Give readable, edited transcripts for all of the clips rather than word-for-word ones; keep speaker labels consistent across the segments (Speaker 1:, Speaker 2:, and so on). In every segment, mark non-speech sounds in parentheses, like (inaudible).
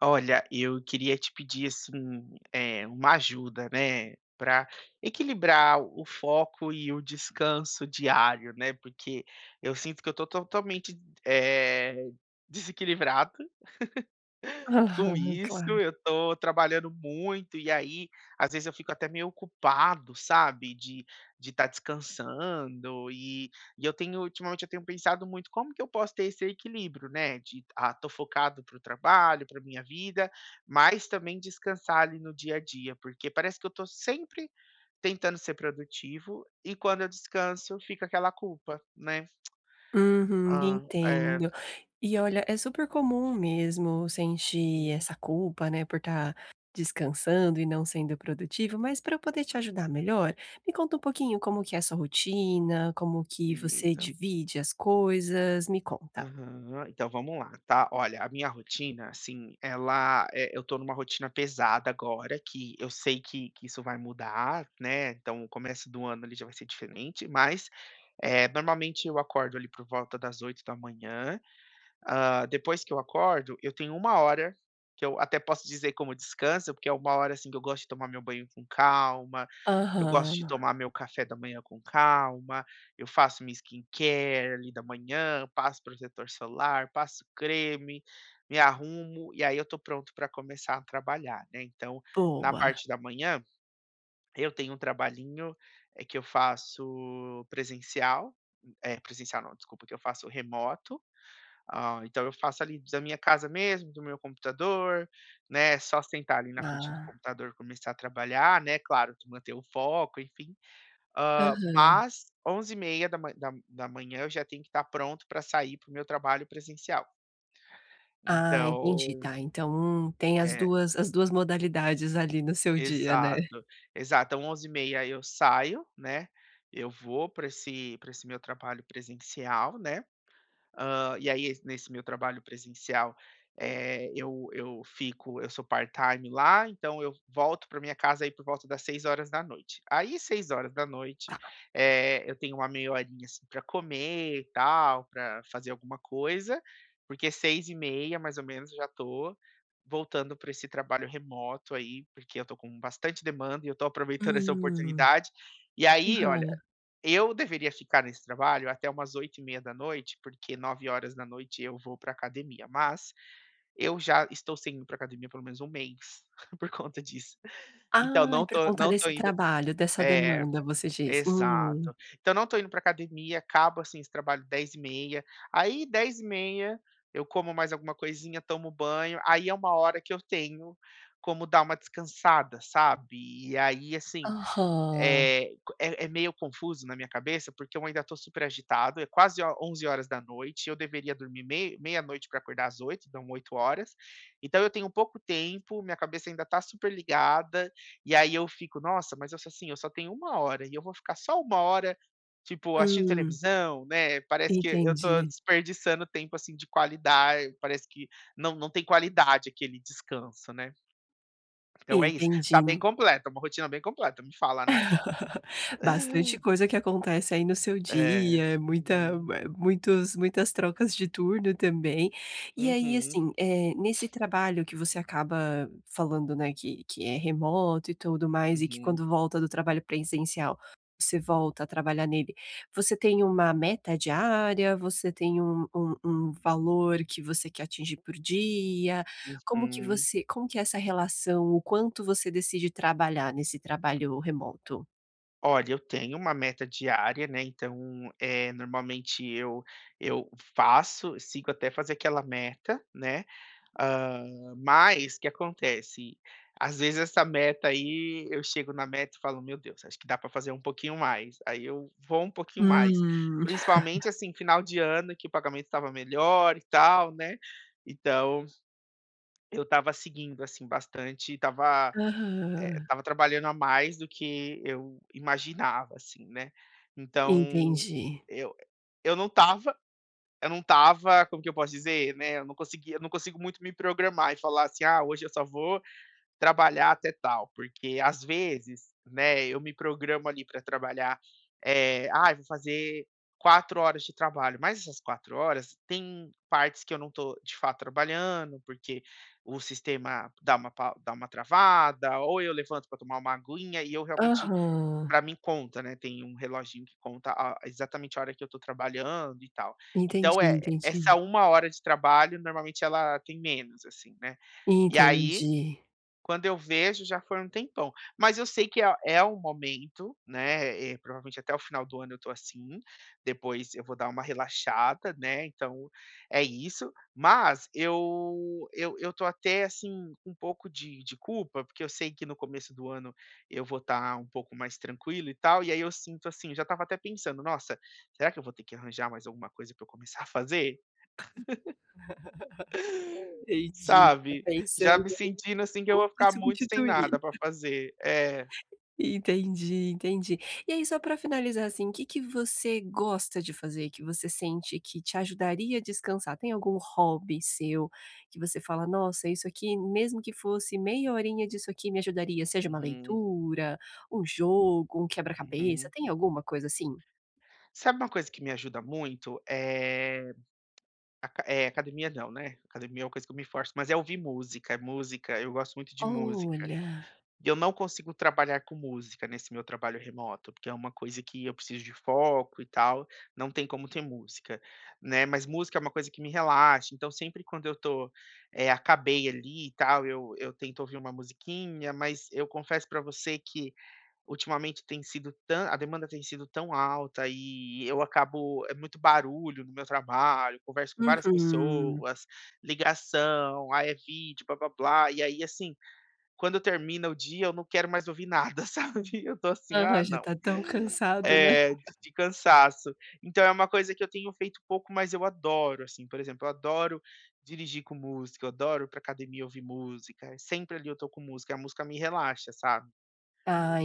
Speaker 1: Olha, eu queria te pedir assim, uma ajuda, né, para equilibrar o foco e o descanso diário, né, porque eu sinto que eu estou totalmente, eh, desequilibrado com
Speaker 2: Aham,
Speaker 1: isso,
Speaker 2: claro.
Speaker 1: eu tô trabalhando muito, e aí, às vezes eu fico até meio ocupado, sabe, de estar descansando, e eu tenho ultimamente eu tenho pensado muito como que eu posso ter esse equilíbrio, né, de: "Ah, tô focado para o trabalho, para minha vida", mas também descansar ali no dia a dia, porque parece que eu tô sempre tentando ser produtivo, e quando eu descanso fica aquela culpa, né.
Speaker 2: Uhum,
Speaker 1: Ah, é.
Speaker 2: entendo. E olha, é super comum mesmo sentir
Speaker 1: Uhum,
Speaker 2: essa culpa, né, por estar descansando e não sendo produtivo, mas para eu poder te ajudar melhor, me conta um pouquinho como que é a sua rotina, como que você
Speaker 1: beleza.
Speaker 2: divide as coisas, me conta.
Speaker 1: Aham, então vamos lá, tá? Olha, a minha rotina, assim, ela é eu tô numa rotina pesada agora, que eu sei que isso vai mudar, né, então o começo do ano, ali, já vai ser diferente, mas, normalmente eu acordo, ali, por volta das oito da manhã. Ah, depois que eu acordo, eu tenho uma hora, que eu até posso dizer como descanso, porque é uma hora, assim, que eu gosto de tomar meu banho com calma, eu gosto
Speaker 2: Aham,
Speaker 1: de tomar meu café da manhã com calma, eu faço minha skincare ali da manhã, passo protetor solar, passo creme, me arrumo, e aí eu tô pronto para começar a trabalhar, né. Então, na
Speaker 2: boa.
Speaker 1: parte da manhã, eu tenho um trabalhinho, que eu faço presencial, presencial não, desculpa, que eu faço remoto, ah, então eu faço ali da minha casa mesmo, do meu computador, né, é só sentar ali na frente do
Speaker 2: Ah,
Speaker 1: computador, começar a trabalhar, né, claro, tu manter o foco, enfim.
Speaker 2: aham.
Speaker 1: Mas onze e meia da ma da da manhã eu já tenho que estar pronto para sair para o meu trabalho presencial.
Speaker 2: Ah, entendi,
Speaker 1: Então
Speaker 2: tá. Então, tem as
Speaker 1: é,
Speaker 2: duas as duas modalidades ali no seu dia, né?
Speaker 1: exato, exato. Então onze e meia eu saio, né, eu vou para esse meu trabalho presencial, né. E aí, nesse meu trabalho presencial, eu fico eu sou part-time lá, então eu volto para minha casa aí por volta das seis horas da noite. Aí 18h,
Speaker 2: Tá.
Speaker 1: eu tenho uma meia horinha, assim, para comer e tal, para fazer alguma coisa, porque seis e meia mais ou menos, eu já tô voltando para esse trabalho remoto aí, porque eu tô com bastante demanda e eu tô aproveitando (laughs) essa
Speaker 2: Hum.
Speaker 1: oportunidade. E aí, olha,
Speaker 2: Aham.
Speaker 1: eu deveria ficar nesse trabalho até umas oito e meia da noite, porque nove horas da noite eu vou para academia, mas eu já estou sem ir pra academia pelo menos um mês (laughs) por conta disso. Então
Speaker 2: Ah, é
Speaker 1: não
Speaker 2: por
Speaker 1: tô
Speaker 2: conta
Speaker 1: não tô
Speaker 2: desse
Speaker 1: indo,
Speaker 2: trabalho, dessa
Speaker 1: é,
Speaker 2: demanda, você diz? Hum.
Speaker 1: exato. Então não tô indo para academia, acabo, assim, esse trabalho dez e meia. Aí dez e meia eu como mais alguma coisinha, tomo banho, aí é uma hora que eu tenho como dar uma descansada, sabe. E aí, assim,
Speaker 2: Aham.
Speaker 1: é, é meio confuso na minha cabeça, porque eu ainda estou super agitado, é quase 11 horas da noite, eu deveria dormir meia-noite para acordar às 8. Dão 8 horas. Então eu tenho pouco tempo, minha cabeça ainda está super ligada, e aí eu fico, nossa, mas assim, eu só tenho uma hora, e eu vou ficar só uma hora, tipo, assistindo
Speaker 2: Hum,
Speaker 1: televisão, né? Parece que eu tô
Speaker 2: entendi,
Speaker 1: desperdiçando tempo, assim, de qualidade, parece que não, não tem qualidade aquele descanso, né? Então é isso, tá
Speaker 2: entendi.
Speaker 1: bem completo. Uma rotina bem completa, me fala, né?
Speaker 2: (laughs) Bastante coisa que acontece aí no seu
Speaker 1: É.
Speaker 2: dia, muita
Speaker 1: Uhum.
Speaker 2: muitos muitas trocas de turno também. E aí,
Speaker 1: Uhum.
Speaker 2: assim, é nesse trabalho que você acaba falando, né, que é remoto e tudo mais, e que
Speaker 1: Uhum.
Speaker 2: quando volta do trabalho presencial, você volta a trabalhar nele, você tem uma meta diária? Você tem um valor que você quer atingir por dia?
Speaker 1: Uhum.
Speaker 2: Como que é essa relação? O quanto você decide trabalhar nesse trabalho remoto?
Speaker 1: Olha, eu tenho uma meta diária, né, então, é normalmente eu faço sigo até fazer aquela meta, né, mas o que acontece, às vezes essa meta aí, eu chego na meta e falo: "Meu Deus, acho que dá para fazer um pouquinho mais", aí eu vou um pouquinho mais.
Speaker 2: Hum.
Speaker 1: Principalmente, assim, final de ano que o pagamento estava melhor e tal, né, então eu estava seguindo, assim, bastante,
Speaker 2: Aham.
Speaker 1: Estava trabalhando a mais do que eu imaginava, assim, né. Então,
Speaker 2: Entendi.
Speaker 1: eu eu não tava eu não tava como que eu posso dizer, né, eu não consigo muito me programar e falar assim: "Ah, hoje eu só vou trabalhar até tal, porque às vezes, né, eu me programo ali para trabalhar, é, Ah, "Ai, vou fazer 4 horas de trabalho", mas essas 4 horas tem partes que eu não estou, de fato, trabalhando, porque o sistema dá uma travada, ou eu levanto para tomar uma aguinha e eu realmente
Speaker 2: Aham.
Speaker 1: para mim conta, né, tem um reloginho que conta a exatamente a hora que eu estou trabalhando e tal. Então,
Speaker 2: Entendi,
Speaker 1: é essa
Speaker 2: entendi.
Speaker 1: uma hora de trabalho, normalmente, ela tem menos, assim, né. E aí
Speaker 2: Entendi.
Speaker 1: quando eu vejo, já foi um tempão. Mas eu sei que é um momento, né, provavelmente até o final do ano eu tô assim, depois eu vou dar uma relaxada, né, então é isso. Mas eu tô até, assim, com um pouco de culpa, porque eu sei que no começo do ano eu vou estar um pouco mais tranquilo e tal, e aí eu sinto assim, eu já estava até pensando: "Nossa, será que eu vou ter que arranjar mais alguma coisa pra eu começar a fazer?",
Speaker 2: Entendi. Fica
Speaker 1: sabe? Já
Speaker 2: pensando
Speaker 1: me sentindo, assim, que eu
Speaker 2: o
Speaker 1: vou
Speaker 2: que
Speaker 1: ficar muito sem
Speaker 2: substituir.
Speaker 1: nada pra fazer. É.
Speaker 2: Entendi, entendi. E aí só pra finalizar, assim, o que você gosta de fazer, que você sente que te ajudaria a descansar? Tem algum hobby seu que você fala: "Nossa, isso aqui, mesmo que fosse meia horinha disso aqui, me ajudaria", seja uma
Speaker 1: Uhum,
Speaker 2: leitura, um jogo, um quebra-cabeça,
Speaker 1: uhum.
Speaker 2: tem alguma coisa assim?
Speaker 1: Sabe uma coisa que me ajuda muito? É academia não, né, academia é uma coisa que eu me forço, mas é ouvir música, música eu gosto muito de música.
Speaker 2: Olha.
Speaker 1: E eu não consigo trabalhar com música nesse meu trabalho remoto, porque é uma coisa que eu preciso de foco e tal, não tem como ter música, né, mas música é uma coisa que me relaxa, então sempre quando eu tô, acabei ali e tal, eu tento ouvir uma musiquinha, mas eu confesso pra você que ultimamente tem sido tão a demanda tem sido tão alta e eu acabo é muito barulho no meu trabalho, converso com várias
Speaker 2: Uhum.
Speaker 1: pessoas, ligação, aí é vídeo, blá-blá-blá, e aí, assim, quando termina o dia eu não quero mais ouvir nada, (laughs) sabe. Eu tô assim: "Ah,
Speaker 2: Aham, já
Speaker 1: não".
Speaker 2: tá tão cansado, né.
Speaker 1: É, de cansaço. Então é uma coisa que eu tenho feito pouco, mas eu adoro, assim, por exemplo, eu adoro dirigir com música, eu adoro ir pra academia ouvir música, sempre ali eu tô com música, a música me relaxa, sabe.
Speaker 2: Ah,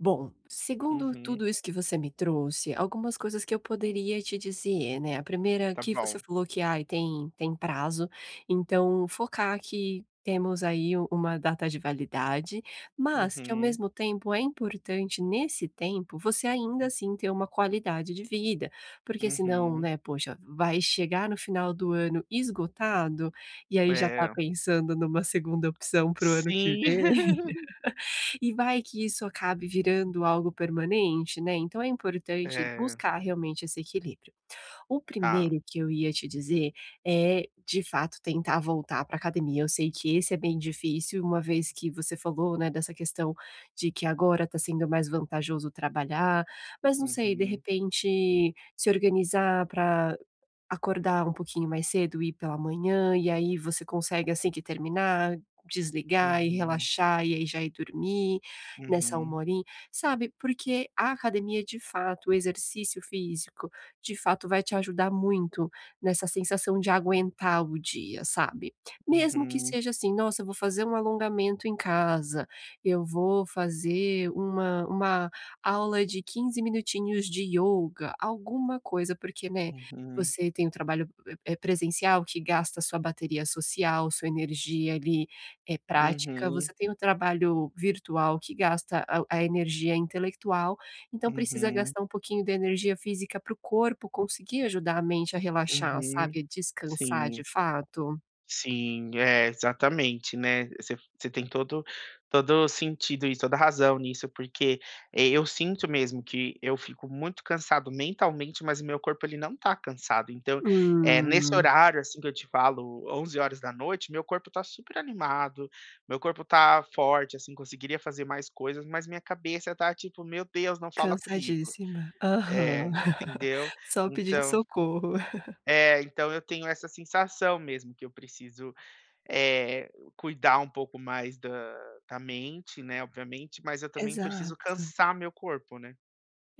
Speaker 2: bom, segundo
Speaker 1: Uhum.
Speaker 2: tudo isso que você me trouxe, algumas coisas que eu poderia te dizer, né, a primeira
Speaker 1: Tá
Speaker 2: que
Speaker 1: bom.
Speaker 2: você falou que: "Ai, tem prazo", então focar que temos aí uma data de validade, mas que ao
Speaker 1: Uhum.
Speaker 2: mesmo tempo é importante nesse tempo você ainda assim ter uma qualidade de vida, porque senão,
Speaker 1: Uhum.
Speaker 2: né, poxa, vai chegar no final do ano esgotado, e aí já tá
Speaker 1: É.
Speaker 2: pensando numa segunda opção pro ano que
Speaker 1: Sim.
Speaker 2: vem.
Speaker 1: (laughs)
Speaker 2: E vai que isso acabe virando algo permanente, né, então é importante
Speaker 1: É,
Speaker 2: buscar realmente esse equilíbrio. O
Speaker 1: tá.
Speaker 2: primeiro que eu ia te dizer é, de fato, tentar voltar para academia, eu sei que esse é bem difícil, uma vez que você falou, né, dessa questão de que agora está sendo mais vantajoso trabalhar, mas não sei, de
Speaker 1: Uhum,
Speaker 2: repente se organizar para acordar um pouquinho mais cedo, ir pela manhã, e aí você consegue assim que terminar, desligar e
Speaker 1: uhum,
Speaker 2: relaxar, e aí já ir dormir nessa 1
Speaker 1: uhum,
Speaker 2: horinha, sabe, porque a academia de fato, o exercício físico, de fato vai te ajudar muito nessa sensação de aguentar o dia, sabe. Mesmo que
Speaker 1: uhum,
Speaker 2: seja assim: "Nossa, eu vou fazer um alongamento em casa, eu vou fazer uma aula de 15 minutinhos de yoga alguma coisa, porque, né,
Speaker 1: uhum,
Speaker 2: você tem o trabalho, é presencial que gasta sua bateria social, sua energia ali, prática.
Speaker 1: uhum,
Speaker 2: Você tem o trabalho virtual que gasta a energia intelectual, então precisa
Speaker 1: uhum,
Speaker 2: gastar um pouquinho da energia física para o corpo conseguir ajudar a mente a relaxar,
Speaker 1: uhum,
Speaker 2: sabe, a descansar de
Speaker 1: sim.
Speaker 2: fato.
Speaker 1: Sim, é, exatamente, né, você tem todo sentido e toda razão nisso, porque, eu sinto mesmo que eu fico muito cansado mentalmente, mas meu corpo ele não tá cansado, então, é nesse
Speaker 2: Hum,
Speaker 1: horário, assim, que eu te falo, onze horas da noite meu corpo tá super animado, meu corpo tá forte, assim, conseguiria fazer mais coisas, mas minha cabeça tá tipo: "Meu Deus, não fala comigo".
Speaker 2: cansadíssima. Aham.
Speaker 1: É,
Speaker 2: (laughs)
Speaker 1: entendeu?
Speaker 2: Só pedindo
Speaker 1: Então
Speaker 2: socorro.
Speaker 1: é, então eu tenho essa sensação mesmo que eu preciso eh, cuidar um pouco mais da mente, né, obviamente, mas eu também preciso
Speaker 2: Exato.
Speaker 1: cansar meu corpo, né.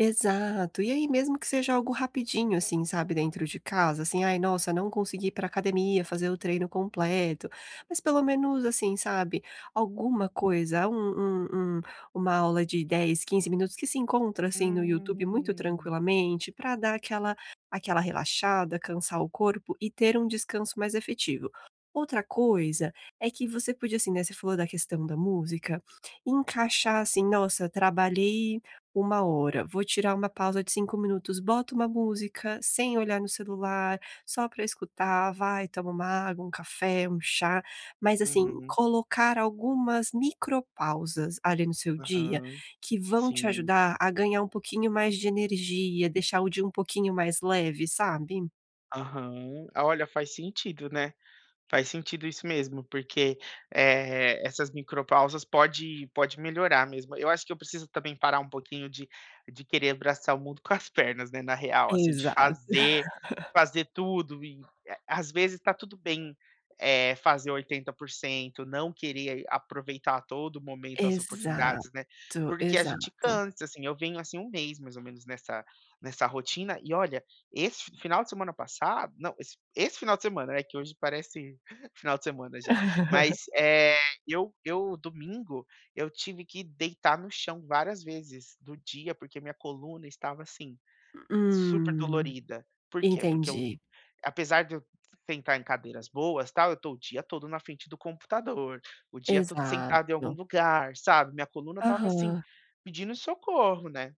Speaker 2: Exato. E aí mesmo que seja algo rapidinho, assim, sabe, dentro de casa, assim: "Ai, nossa, não consegui ir pra academia, fazer o treino completo", mas pelo menos, assim, sabe, alguma coisa, um uma aula de 10, 15 minutos que se encontra, assim, no YouTube muito
Speaker 1: Hum.
Speaker 2: tranquilamente, pra dar aquela aquela relaxada, cansar o corpo e ter um descanso mais efetivo. Outra coisa é que você podia, assim, né, você falou da questão da música, encaixar assim: "Nossa, trabalhei uma hora, vou tirar uma pausa de 5 minutos, boto uma música, sem olhar no celular, só para escutar, vai, toma uma água, um café, um chá, mas assim,
Speaker 1: Uhum.
Speaker 2: colocar algumas micropausas ali no seu dia,
Speaker 1: Aham.
Speaker 2: que vão te
Speaker 1: Sim.
Speaker 2: ajudar a ganhar um pouquinho mais de energia, deixar o dia um pouquinho mais leve, sabe?
Speaker 1: Aham. Ah, olha, faz sentido, né. Faz sentido isso mesmo, porque, essas micropausas pode melhorar mesmo. Eu acho que eu preciso também parar um pouquinho de querer abraçar o mundo (laughs) com as pernas, né, na real, assim, de
Speaker 2: Exato.
Speaker 1: fazer tudo e, às vezes tá tudo bem, fazer 80% não querer aproveitar a todo momento as oportunidades, né,
Speaker 2: Exato,
Speaker 1: porque a gente
Speaker 2: exato.
Speaker 1: cansa, assim. Eu venho, assim, um mês mais ou menos nessa rotina e olha, esse final de semana passado não, esse final de semana, né, que hoje parece final de semana já. Mas,
Speaker 2: (laughs)
Speaker 1: eu domingo, eu tive que deitar no chão várias vezes do dia, porque minha coluna estava, assim, super
Speaker 2: Hum,
Speaker 1: dolorida. Por quê? Porque eu
Speaker 2: entendi.
Speaker 1: apesar de eu sentar em cadeiras boas, tal, eu tô o dia todo na frente do computador, o dia todo sentado em algum
Speaker 2: Exato.
Speaker 1: lugar, sabe, minha coluna estava, assim,
Speaker 2: Aham.
Speaker 1: pedindo socorro, né.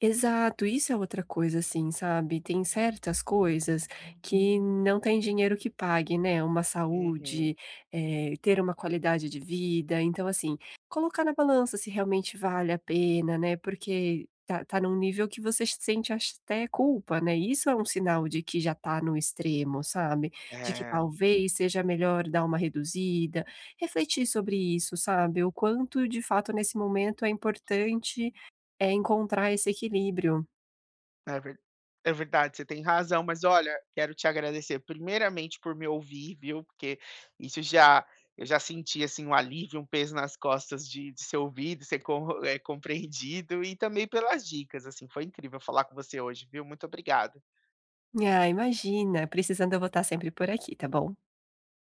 Speaker 2: Exato, isso é outra coisa, assim, sabe, tem certas coisas que não tem dinheiro que pague, né, uma
Speaker 1: Uhum.
Speaker 2: saúde, ter uma qualidade de vida, então, assim, colocar na balança se realmente vale a pena, né, porque tá num nível que você sente até culpa, né, isso é um sinal de que já tá no extremo, sabe, de que
Speaker 1: É.
Speaker 2: talvez seja melhor dar uma reduzida, refletir sobre isso, sabe, o quanto de fato nesse momento é importante é encontrar esse equilíbrio.
Speaker 1: É ver é verdade, você tem razão, mas olha, quero te agradecer primeiramente por me ouvir, viu, porque isso já eu já senti, assim, um alívio, um peso nas costas de ser ouvido, ser compreendido e também pelas dicas, assim, foi incrível falar com você hoje, viu. Muito obrigado.
Speaker 2: Ah, imagina, precisando eu vou estar sempre por aqui, tá bom?